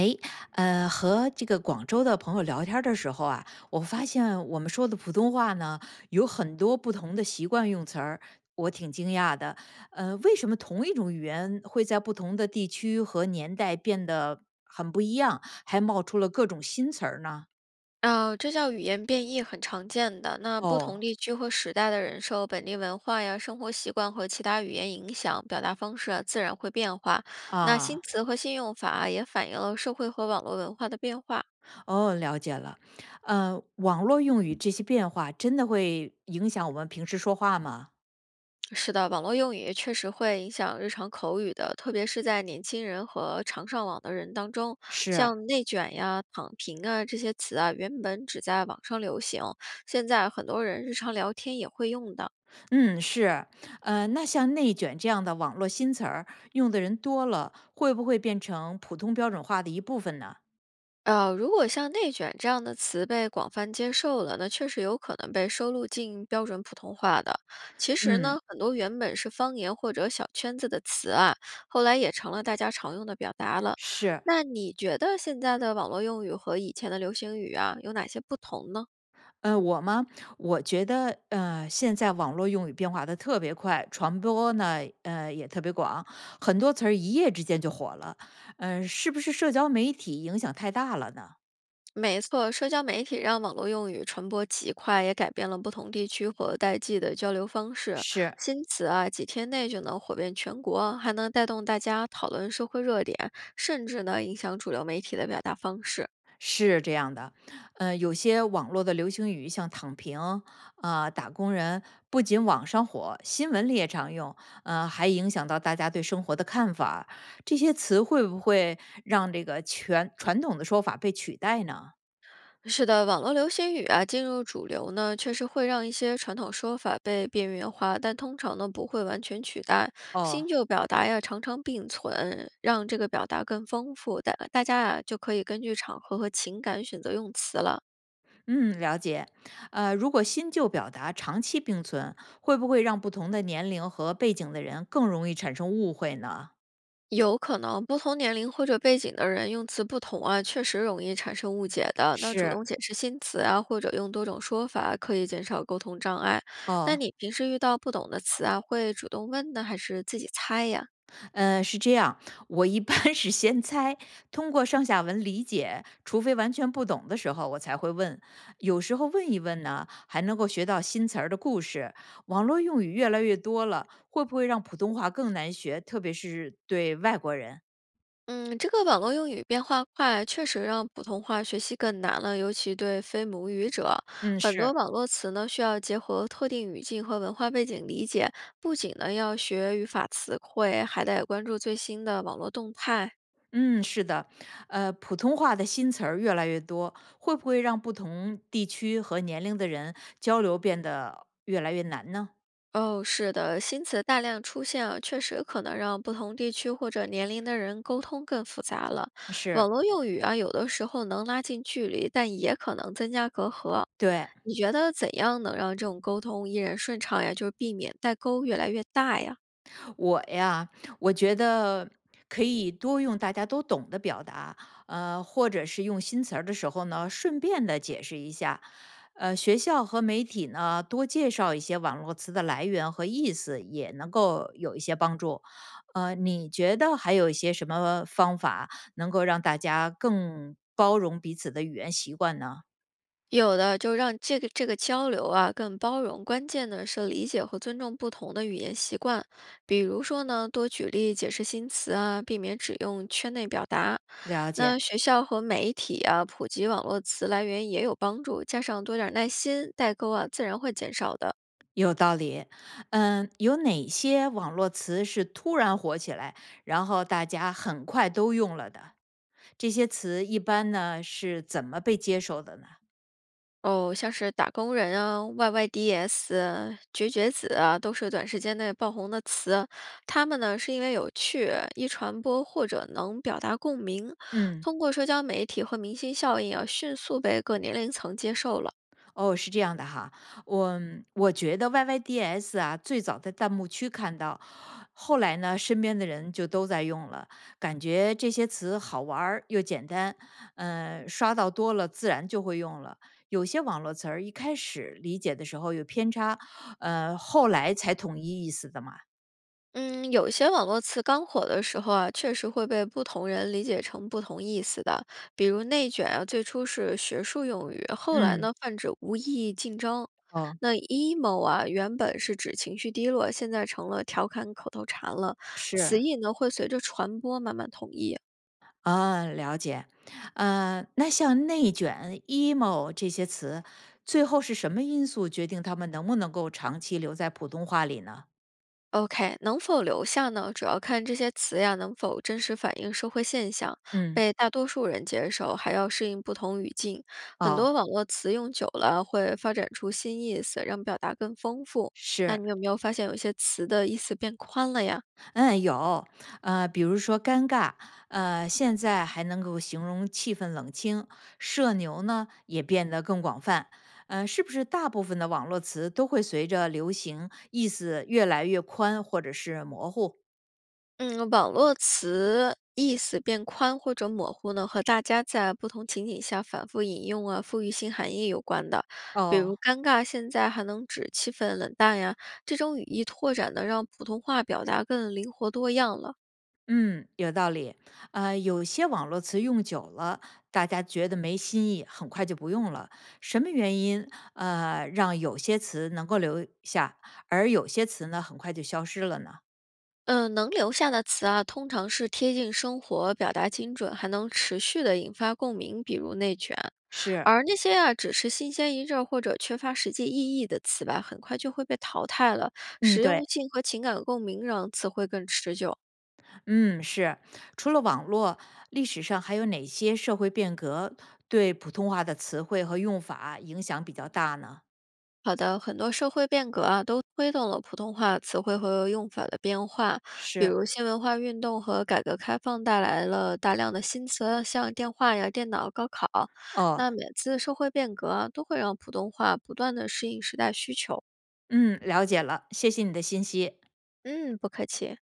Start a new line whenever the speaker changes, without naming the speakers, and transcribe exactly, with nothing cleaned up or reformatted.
诶，呃，和这个广州的朋友聊天儿的时候啊，我发现我们说的普通话呢，有很多不同的习惯用词儿，我挺惊讶的。呃，为什么同一种语言会在不同的地区和年代变得很不一样，还冒出了各种新词儿呢？
呃，这叫语言变异，很常见的。那不同
哦。
地区或时代的人受本地文化呀、生活习惯和其他语言影响，表达方式啊自然会变化。那新
啊。
词和新用法啊也反映了社会和网络文化的变化。
哦，了解了。呃，网络用语这些变化真的会影响我们平时说话吗？
是的，网络用语确实会影响日常口语的，特别是在年轻人和常上网的人当中，
是。
像内卷呀、躺平啊这些词啊，原本只在网上流行，现在很多人日常聊天也会用的。
嗯，是。呃，那像内卷这样的网络新词儿，用的人多了，会不会变成普通标准化的一部分呢？
呃，如果像“内卷”这样的词被广泛接受了，那确实有可能被收录进标准普通话的。其实
嗯，
呢，很多原本是方言或者小圈子的词啊，后来也成了大家常用的表达了。
是。
那你觉得现在的网络用语和以前的流行语啊，有哪些不同呢？
呃，我吗？我觉得，呃，现在网络用语变化的特别快，传播呢，呃，也特别广，很多词儿一夜之间就火了，呃，是不是社交媒体影响太大了呢？
没错，社交媒体让网络用语传播极快，也改变了不同地区和代际的交流方式。
是。
新词啊，几天内就能火遍全国，还能带动大家讨论社会热点，甚至呢影响主流媒体的表达方式。
是这样的，呃，有些网络的流行语，像“躺平”啊、打工人”，不仅网上火，新闻里也常用，呃，还影响到大家对生活的看法。这些词会不会让这个全传统的说法被取代呢？
是的，网络流行语啊进入主流呢，确实会让一些传统说法被边缘化，但通常呢不会完全取代。
哦。
新旧表达呀常常并存，让这个表达更丰富，大大家啊就可以根据场合和情感选择用词了。
嗯，了解。呃，如果新旧表达长期并存，会不会让不同的年龄和背景的人更容易产生误会呢？
有可能不同年龄或者背景的人用词不同啊，确实容易产生误解的。那主
是。
动解释新词啊，或者用多种说法，可以减少沟通障碍。那
哦，
你平时遇到不懂的词啊，会主动问呢，还是自己猜呀？
呃，是这样，我一般 是先猜，通过上下文理解，除非完全不懂的时候，我才会问。有时候问一问呢，还能够学到新词儿的故事。网络用语越来越多了，会不会让普通话更难学？特别是对外国人。
嗯，这个网络用语变化快，确实让普通话学习更难了，尤其对非母语者，
嗯，
很多
是。
网络词呢需要结合特定语境和文化背景理解，不仅呢要学语法词汇，还得关注最新的网络动态。
嗯，是的，呃，普通话的新词儿越来越多，会不会让不同地区和年龄的人交流变得越来越难呢？
哦，是的，新词大量出现啊，确实可能让不同地区或者年龄的人沟通更复杂了。
是。
网络用语啊，有的时候能拉近距离，但也可能增加隔阂。
对。
你觉得怎样能让这种沟通依然顺畅呀？就是避免代沟越来越大呀？
我呀，我觉得可以多用大家都懂的表达，呃，或者是用新词儿的时候呢，顺便的解释一下。呃，学校和媒体呢，多介绍一些网络词的来源和意思，也能够有一些帮助。呃，你觉得还有一些什么方法能够让大家更包容彼此的语言习惯呢？
有的就让这个这个交流啊更包容，关键呢是理解和尊重不同的语言习惯。比如说呢，多举例解释新词啊，避免只用圈内表达。
了
那
解。
学校和媒体啊普及网络词来源也有帮助，加上多点儿耐心，代沟啊自然会减少的。
有道理。嗯，有哪些网络词是突然火起来，然后大家很快都用了的？这些词一般呢是怎么被接受的呢？
哦，像是打工人啊、Y Y D S、绝绝子啊，都是短时间内爆红的词。他们呢，是因为有趣、易传播或者能表达共鸣，
嗯。
通过社交媒体和明星效应啊，迅速被各年龄层接受了。
哦，是这样的哈，我我觉得 Y Y D S 啊，最早在弹幕区看到，后来呢，身边的人就都在用了，感觉这些词好玩儿又简单，嗯、刷到多了自然就会用了。有些网络词儿一开始理解的时候有偏差，呃，后来才统一意思的嘛。
嗯，有些网络词刚火的时候啊，确实会被不同人理解成不同意思的。比如“内卷”啊，最初是学术用语，后来
嗯。
呢泛指无意义竞争。
哦。
那 “emo” 啊，原本是指情绪低落，现在成了调侃口头禅了。词
是。
义呢会随着传播慢慢统一。
啊，了解。呃，那像内卷、emo 这些词，最后是什么因素决定他们能不能够长期留在普通话里呢？
OK，能否留下呢？主要看这些词呀能否真实反映社会现象，
嗯。
被大多数人接受，还要适应不同语境。很
哦。
多网络词用久了会发展出新意思，让表达更丰富。那
是。
你有没有发现有些词的意思变宽了呀？
嗯，有，呃，比如说尴尬，呃，现在还能够形容气氛冷清，社牛呢也变得更广泛，呃，是不是大部分的网络词都会随着流行意思越来越宽或者是模糊？
嗯，网络词意思变宽或者模糊呢，和大家在不同情景下反复引用啊，赋予新含义有关的。比如
哦。
“尴尬”现在还能指气氛冷淡呀，这种语义拓展呢，让普通话表达更灵活多样了。
嗯，有道理。呃，有些网络词用久了，大家觉得没新意，很快就不用了。什么原因？呃，让有些词能够留下，而有些词呢，很快就消失了呢？
嗯，呃能留下的词啊，通常是贴近生活、表达精准，还能持续的引发共鸣，比如内卷。
是。
而那些啊，只是新鲜一阵儿或者缺乏实际意义的词吧，很快就会被淘汰了。
嗯，
实用
对。
性和情感共鸣让词汇更持久。
嗯，是。除了网络，历史上还有哪些社会变革对普通话的词汇和用法影响比较大呢？
好的，很多社会变革啊，都推动了普通话词汇和用法的变化。比
是。
如新文化运动和改革开放带来了大量的新词啊，像电话呀、电脑、高考。
哦，
那每次社会变革啊，都会让普通话不断的适应时代需求。
嗯，了解了，谢谢你的信息。
嗯，不客气。